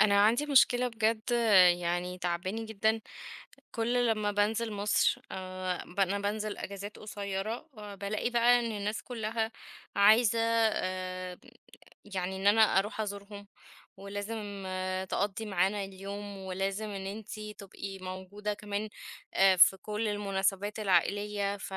أنا عندي مشكلة بجد، يعني تعباني جدًا. كل لمّا بانزل مصر ب أنا بانزل أجازات قصيرة، بالاقي بقى إن الناس كلّها عايزة، يعني إن أنا أروح أزورهم، ولازم تقضّي معانا اليوم، ولازم إن أنتِ تبقي موجودة كمان في كل المناسبات العائلية.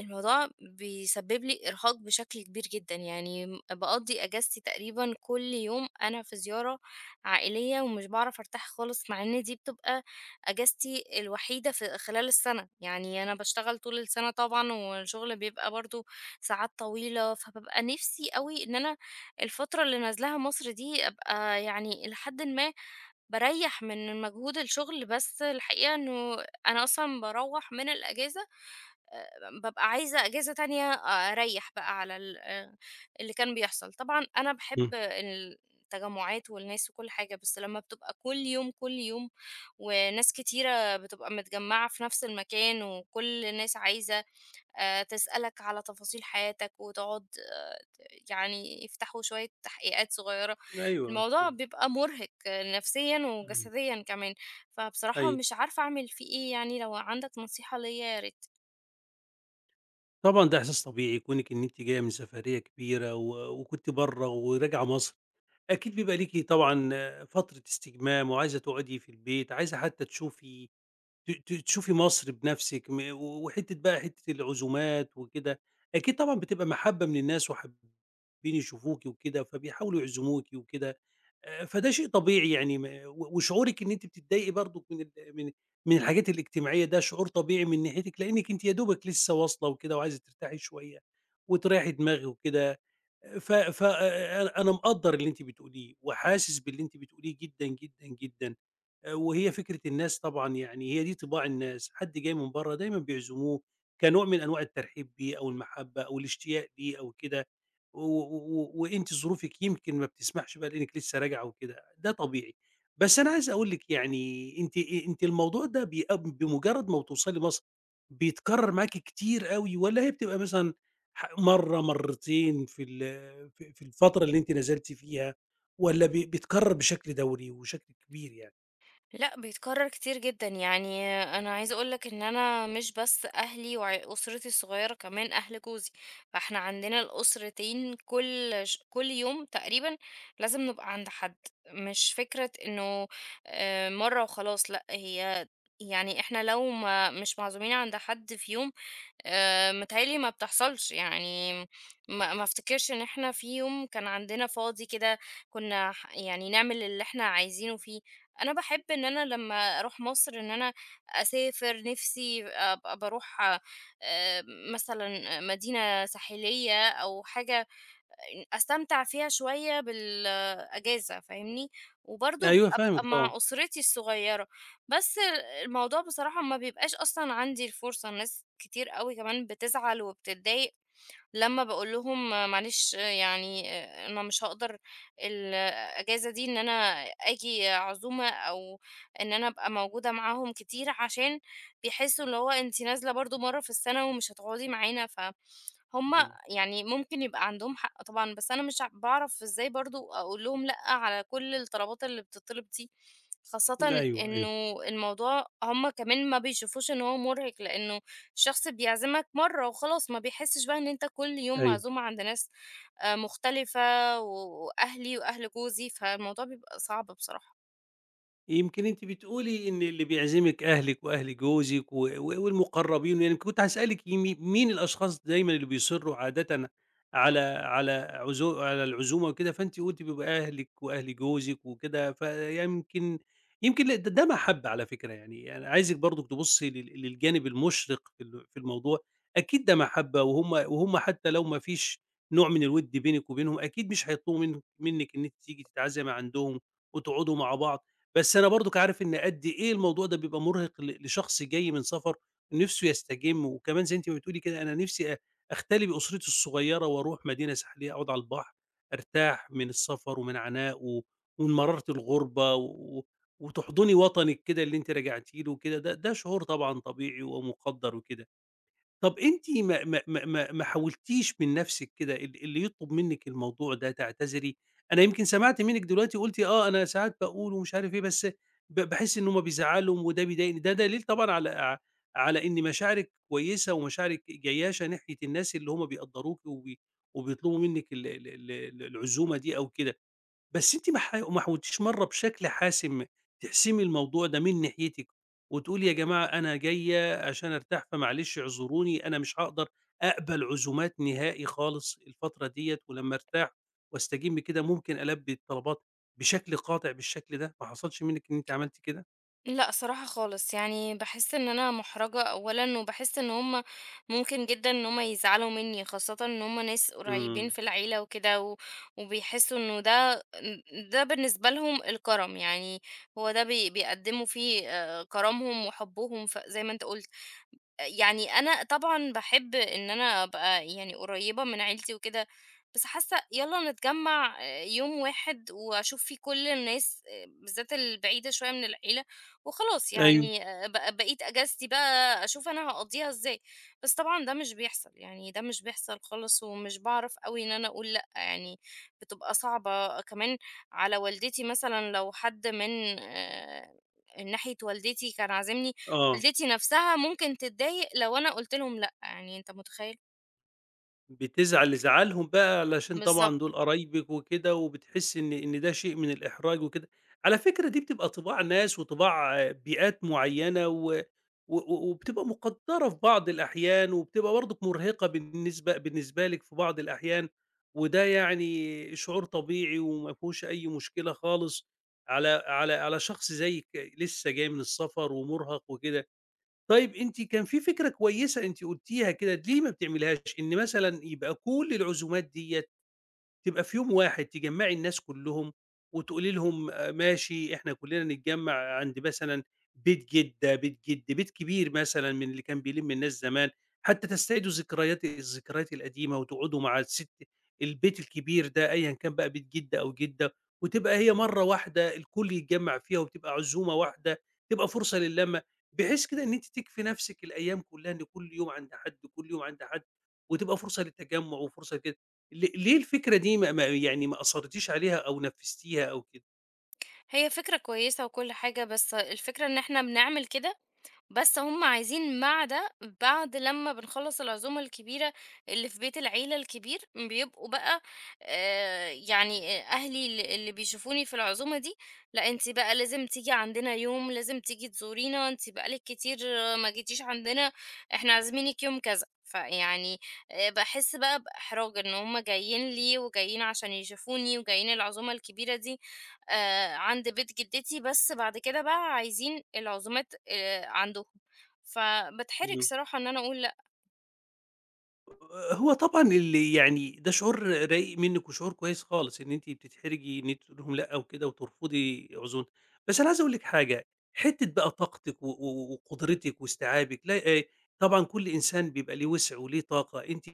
الموضوع بيسبب لي إرهاق بشكل كبير جدًا، يعني باقضّي أجازتي تقريبًا كل يوم أنا في زيارة عائلية ومش باعرف أرتاح خالص، مع إن دي بتبقى أجازتي الوحيدة في خلال السَنة. يعني أنا باشتغل طول السَنة طبعًا والشغل بيبقى برضه ساعات طويلة، فبابقى نِفْسي أوي إن أنا الفترة اللي نازلاها مصر دي أبقى يعني إلى حدٍ ما باريّح من مجهود الشغل، بس الحقيقة إنه أنا أصلًا باروّح من الأجازة، بابقى عايزة إجازة تانية، أريّح بقى على ال اللي كان بيحصل. طبعًا أنا إمم. باحب التجمُّعات والناس وكل حاجة، بس لمّا بتبقى كل يوم، كل يوم، وناس كتيرة بتبقى متجمّعة في نفس المكان وكل الناس عايزة تسألك على تفاصيل حياتك وتقعد يعني يفتحوا شوية تحقيقات صغيرة، أيوه، الموضوع مفهوم. بيبقى مُرهِق نفسيًا إمم. وجسديًا كمان. فبصراحة أيوه. مش عارفة أعمل فيه إيه يعني، لو عندك نصيحة ليّا يا ريت. طبعًا ده إحساس طبيعي كونِك إن أنتِ جاية من سفرية كبيرة و وكنتِ برّه وراجعة مصر، أكيد بيبقى ليكِ طبعًا آه، فترة استجمام وعايزة تقعدي في البيت، عايزة حتى تشوفي ت ت تشوفي مصر بنفسِك. م و وحتّة بقى العزومات وكده، أكيد طبعًا بتبقى محبّة من الناس وحابين يشوفوكِ وكده، فبيحاولوا يعزموكِ وكده. فده شيء طبيعي يعني، م و وشعورِك إن أنتِ بتتضايقي برضُك من ال من من الحاجات الاجتماعية، ده شعور طبيعي من ناحيتِك، لإنِّك أنتِ يا دوبك لسه واصلة وكده وعايزة ترتاحي شوية وتريّحي دماغِك وكده. ف ف أ أ أنا مقدّر اللي أنتِ بتقوليه وحاسس باللي أنتِ بتقوليه جدًا، جدًا، جدًا. وهي فكرة الناس طبعًا، يعني هي دي طباع الناس، حد جاي من برّه دايمًا بيعزموه كنوع من أنواع الترحيب بيه أو المحبة أو الاشتياق ليه أو كده، وأنتِ ظروفِك يمكن ما بتسمحش بقى لإنِّك لسه راجعة وكده، ده طبيعي. بس أنا عايز أقول لِك يعني أنتِ الموضوع ده بمجرد ما بتوصلي مصر بيتكرر معاكِ كتير أوي، والّا هي بتبقى مثلًا مرّة، مرّتين في ال في في الفترة اللي أنتِ نزلتِ فيها، والّا بيتكرر بشكل دوري وشكل كبير يعني؟ لأ، بيتكرر كتير جدًا. يعني أنا عايزة أقول لك إن أنا مش بس أهلي وع أسرتي الصغيرة، كمان أهل جوزي. فإحنا عندنا الأسرتين كل يوم تقريبًا لازم نبقى عند حد، مش فكرة إنه مرة وخلاص. لأ، هي يعني إحنا لو ما مش معزومين عند حد في يوم، متهيأ لي ما بتحصلش، يعني ما أفتكرش إن إحنا في يوم كان عندنا فاضي كده كنا يعني نعمل اللي إحنا عايزينه فيه. أنا باحب إن أنا لمّا أروح مصر إن أنا أسافر، نِفْسي أبقى باروح آآ مثلًا مدينة ساحلية أو حاجة أستمتع فيها شوية بالأجازة فاهمني، وبرضه أيوه فاهمِك أبقى طبعًا، مع أسرتي الصغيّرة، بس الموضوع بصراحة ما بيبقاش أصلًا عندي الفرصة. ناس كتير أوي كمان بتزعل وبتتضايق لمّا باقول لهم معلش، يعني أنا مش هاقدر الأجازة دي إن أنا آجي عزومة أو إن أنا أبقى موجودة معاهم كتير، عشان بيحسّوا اللي هو أنتِ نازلة برضه مرّة في السَنة ومش هتقعدي معانا. فهُم اهم، يعني ممكن يبقى عندهم حق طبعًا، بس أنا مش باعرف إزاي برضه أقول لهم لأ على كل الطلبات اللي بتطلب دي. خاصة أيوه، أيوه، إنه الموضوع هُم كمان ما بيشوفوش إن هو مُرهق، لإنه الشخص بيعزمك مرّة وخلاص، ما بيحسش بقى إن أنت كل يوم أيوه. معزوم عند ناس مختلفة، وأهلي وأهل جوزي، فالموضوع بيبقى صعب بصراحة. يمكن أنتِ بتقولي إن اللي بيعزمِك أهلِك وأهل جوزِك و و والمقرّبين، يعني كنت هاسألِك مين الأشخاص دايمًا اللي بيصرّوا عادةً على العزومة وكده، فأنتِ قُلتِ بيبقى أهلِك وأهل جوزِك وكده، يمكن ل ده ده محبة على فكرة يعني. أنا عايزِك برضه تبُصّي للجانب المُشرِق في الموضوع. أكيد ده محبة، وهُم حتى لو ما فيش نوع من الوِد بينِك وبينهم، أكيد مش هيطلبوا منِّك إن أنتِ تيجي تتعزمي عندهم وتقعدوا مع بعض. بس أنا برضُك عارف إن قد إيه الموضوع ده بيبقى مرهق لشخص جاي من سفر نِفْسه يستجم، وكمان زي أنتِ ما بتقولي كده أنا نِفْسي أختلي بأسرتي الصغيّرة وأروح مدينة ساحلية أقعد على البحر، أرتاح من السفر ومن عناء ومن مرارة الغُربة و- وتحضني وطنِك كده اللي أنتِ رجعتِ له وكده، ده شعور طبعًا طبيعي ومُقدَّر وكده. طب أنتِ ما حاولتيش من نفسِك كده اللي يطلب منِّك الموضوع ده تعتذري؟ أنا يمكن سمعت منِّك دلوقتي قُلتِ آه، أنا ساعات باقول ومش عارف إيه، بس باحس إن هُم بيزعّلوا وده بيضايقني، دليل طبعًا على إن مشاعرِك كويسة ومشاعرِك جيّاشة ناحية الناس اللي هُم بيقدّروكِ وبيطلبوا منِّك ال ال ال العزومة دي أو كده. بس أنتِ ما حاولتيش مرّة بشكل حاسم تحسمي الموضوع ده من ناحيتِك، وتقولي يا جماعة أنا جاية عشان أرتاح فمعلش اعذروني أنا مش هاقدر أقبل عزومات نهائي خالص الفترة ديّة، ولمّا أرتاح وأستجم كده ممكن ألبي الطلبات بشكل قاطع بالشكل ده. ما حصلش منِّك إن أنتِ عملتِ كده؟ لأ صراحة خالص، يعني باحس إن أنا مُحرَجة أولًا، وباحس إن هُم ممكن جدًا إن هُم يزعلوا منّي، خاصةً إن هُم ناس قريبين إمم، في العيلة وكده، و وبيحسوا إنه ده بالنسبة لهم الكرم. يعني هو ده بيقدّموا فيه كرمهم وحُبّهم، ف زي ما أنت قُلت. يعني أنا طبعًا باحب إن أنا أبقى يعني قريّبة من عيلتي وكده، بس حاسة يالّا نتجمّع يوم واحد وأشوف فيه كل الناس، بالذات البعيدة شوية من العيلة وخلاص، أيوه، يعني ب بقيت أجازتي بقى أشوف أنا هاقضّيها إزاي، بس طبعًا ده مش بيحصل، يعني ده مش بيحصل خالص ومش باعرف أوي إن أنا أقول لأ. يعني بتبقى صعبة كمان على والدتي مثلًا لو حد من، ناحية والدتي كان عازمني، آه. والدتي نفسها ممكن تتضايق لو أنا قُلت لهم لأ. يعني أنت متخيّل؟ بتزعل لزعلهم بقى علشان بالضبط. طبعًا دول قرايبِك وكده، وبتحسّي إن ده شيء من الإحراج وكده. على فكرة دي بتبقى طِباع ناس وطِباع آه، بيئات معيّنة و و و وبتبقى مُقدّرة في بعض الأحيان، وبتبقى برضُك مُرهقة بالنسبة لِك في بعض الأحيان، وده يعني شعور طبيعي وما فيهوش أي مشكلة خالص على شخص زيِّك لسه جاي من السفر ومُرهق وكده. طيب أنتِ كان في فكرة كويسة أنتِ قُلتيها كده، ليه ما بتعمليهاش؟ إن مثلًا يبقى كل العزومات ديّة تبقى في يوم واحد تجمّعي الناس كلّهم وتقولي لهم ماشي إحنا كلّنا نتجمّع عند مثلًا بيت جدة، بيت جِد، بيت كبير مثلًا من اللي كان بيلِم الناس زمان، حتى تستعيدوا الذكريات القديمة وتقعدوا مع الست، البيت الكبير ده أيًا كان بقى بيت جِد أو جِدة، وتبقى هي مرّة واحدة الكل يتجمّع فيها وبتبقى عزومة واحدة، تبقى فرصة للمّة، بحيث كده إن أنتِ تكفي نفسِك الأيام كلّها إن كل يوم عند حد، كل يوم عند حد، وتبقى فرصة للتجمُّع وفرصة لكده. ليه الفكرة دي ما ما يعني ما أصرّتيش عليها أو نفّذتيها أو كده؟ هي فكرة كويسة وكل حاجة، بس الفكرة إن إحنا بنعمل كده بس هم عايزين مع ده، بعد لمّا بنخلّص العزومة الكبيرة اللي في بيت العيلة الكبير، بيبقوا بقى يعني أهلي اللي بيشوفوني في العزومة دي، لأ أنتِ بقى لازم تيجي عندنا يوم، لازم تيجي تزورينا، أنتِ بقى لِك كتير ما جيتيش عندنا، إحنا عازمينِك يوم كذا. فيعني باحس بقى بإحراج إن هم جايين لي وجايين عشان يشوفوني وجايين العزومة الكبيرة دي، عند بيت جدتي، بس بعد كده بقى عايزين العزومات عندهم، فباتحرج صراحة إن أنا أقول لأ. هو طبعًا اللي يعني ده شعور رايق منِّك وشعور كويس خالص إن أنتِ بتتحرجي إن أنتِ تقولي لهم لأ وكده وترفضي عزومة، بس أنا عايز أقول لِك حاجة. حتّة بقى طاقتِك و و وقدرتِك واستيعابِك لا طبعًا كل إنسان بيبقى ليه وسع وليه طاقة، أنتِ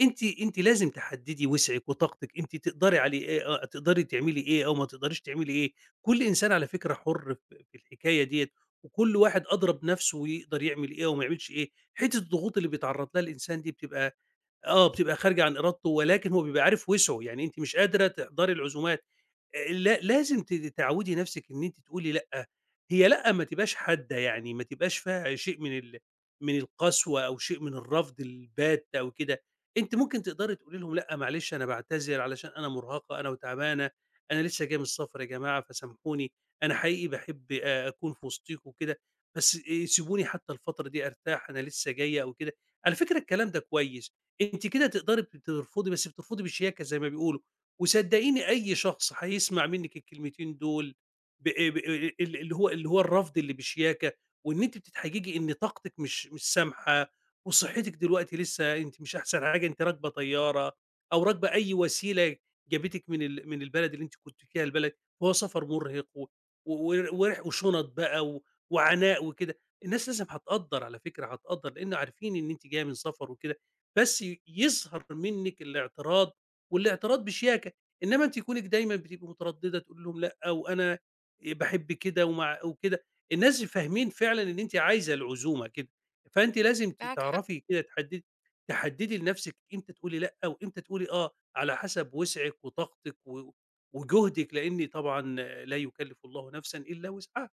لازم تحدّدي وسعِك وطاقتِك، أنتِ تقدري عليه إيه آه، تقدري تعملي إيه أو ما تقدريش تعملي إيه، كل إنسان على فكرة حُر في الحكاية ديّة، وكل واحد أدرى بنَفْسه ويقدر يعمل إيه وما يعملش إيه. حتّة الضغوط اللي بيتعرّض لها الإنسان دي بتبقى آه، بتبقى خارجة عن إرادته، ولكن هو بيبقى عارف وسعه. يعني أنتِ مش قادرة تحضري العزومات، لا لازم تعوّدي نَفْسِك إن أنتِ تقولي لأ. هي لأ ما تبقاش حادة، يعني ما تبقاش فيها شيء من القسوة أو شيء من الرفض البَات أو كده. أنتِ ممكن تقدري تقولي لهم لأ معلش أنا باعتذر علشان أنا مرهقة، أنا وتعبانة، أنا لسه جاية من السفر يا جماعة فسامحوني. أنا حقيقي باحب أكون في وسطيكم وكده، بس سيبوني حتى الفترة دي أرتاح أنا لسه جاية أو كده. على فكرة الكلام ده كويس، أنتِ كده تقدري بترفضي، بس بترفضي بشياكة زي ما بيقولوا. وصدقيني أي شخص هيسمع منِّك الكلمتين دول ب ب ال اللي هو الرفض اللي بشياكة، وإن أنتِ بتتحججي إن طاقتِك مش سامحة، وصحتِك دلوقتي لسه أنتِ مش أحسن حاجة، أنتِ راكبة طيارة أو راكبة أي وسيلة جابتِك من البلد اللي أنتِ كنتِ فيها لبلد، وهو سفر مرهق و و ور وشنط بقى وعناء وكده. الناس لازم هتقدّر على فكرة، هتقدّر لإن عارفين إن أنتِ جاية من سفر وكده، بس يظهر منِّك الاعتراض والاعتراض بشياكة. إنما أنتِ كونِك دايمًا بتبقي مترددة تقولي لهم لأ، وأنا باحب كده ومع وكده، الناس فاهمين فعلًا إن أنتِ عايزة العزومة كده. فأنتِ لازم معاك حق. تعرفي كده تحددي لنفسِك إمتى تقولي لأ، وإمتى تقولي آه، على حسب وسعِك وطاقتِك وجهدِك، لإن طبعًا لا يكلف الله نفسًا إلا وسعها،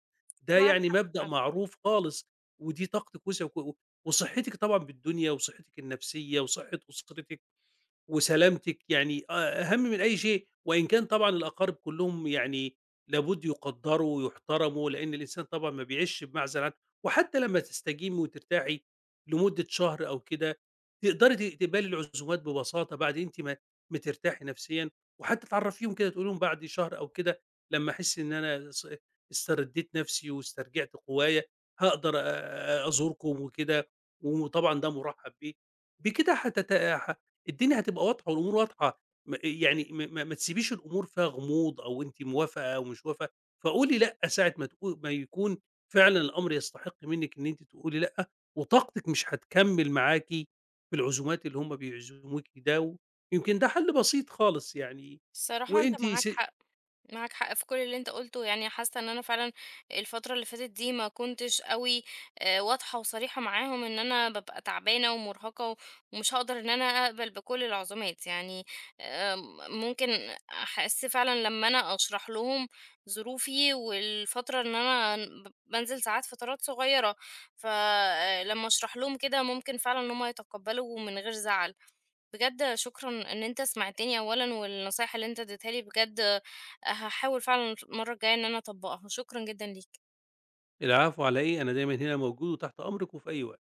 ده معاك يعني حق مبدأ فعلًا. معروف خالص، ودي طاقتِك وسعِك وصحتِك طبعًا بالدنيا وصحتِك النفسية وصحة أسرتِك. وسلامتِك يعني أهم من أي شيء، وإن كان طبعًا الأقارب كلّهم يعني لابد يُقدّروا ويُحترموا، لإن الإنسان طبعًا ما بيعيشش بمعزل عن، وحتى لمّا تستجيمي وترتاحي لمدة شهر أو كده، تقدري تقبلي العزومات ببساطة بعد أنتِ ما ترتاحي نفسيًا، وحتى تعرّفيهم كده تقولي لهم بعد شهر أو كده لمّا أحس إن أنا استردّيت نفسي واسترجعت قوايا، هاقدر أزوركم وكده، وطبعًا ده مُرحّب بيه. بكده الدنيا هتبقى واضحة والأمور واضحة، يعني ما تسيبيش الأمور فيها غموض أو أنتِ موافقة أو مش موافقة، فقولي لأ ساعة ما يكون فعلًا الأمر يستحق منِّك إن أنتِ تقولي لأ، وطاقتِك مش هتكمّل معاكِ في العزومات اللي هم بيعزموكِ ده، ويمكن ده حل بسيط خالص يعني. الصراحة أنت وأنتِ معاك س حق. معاك حق في كل اللي انت قلته، يعني حاسه ان انا فعلا الفتره اللي فاتت دي ما كنتش قوي، واضحه وصريحه معاهم ان انا ببقى تعبانه ومرهقه ومش هقدر ان انا اقبل بكل العزومات. يعني ممكن احس فعلا لما انا اشرح لهم ظروفي والفتره ان انا بنزل ساعات فترات صغيره، فلما اشرح لهم كده ممكن فعلا ان هم يتقبلوا من غير زعل. بجد شكرًا إن أنت سمعتني أولًا، والنصايح اللي أنت اديتها لي بجد هاحاول فعلًا المرة الجاية إن أنا أطبّقها. شكرًا جدًا ليك. العفو على إيه، أنا دايمًا هنا موجود وتحت أمرِك وفي أي وقت.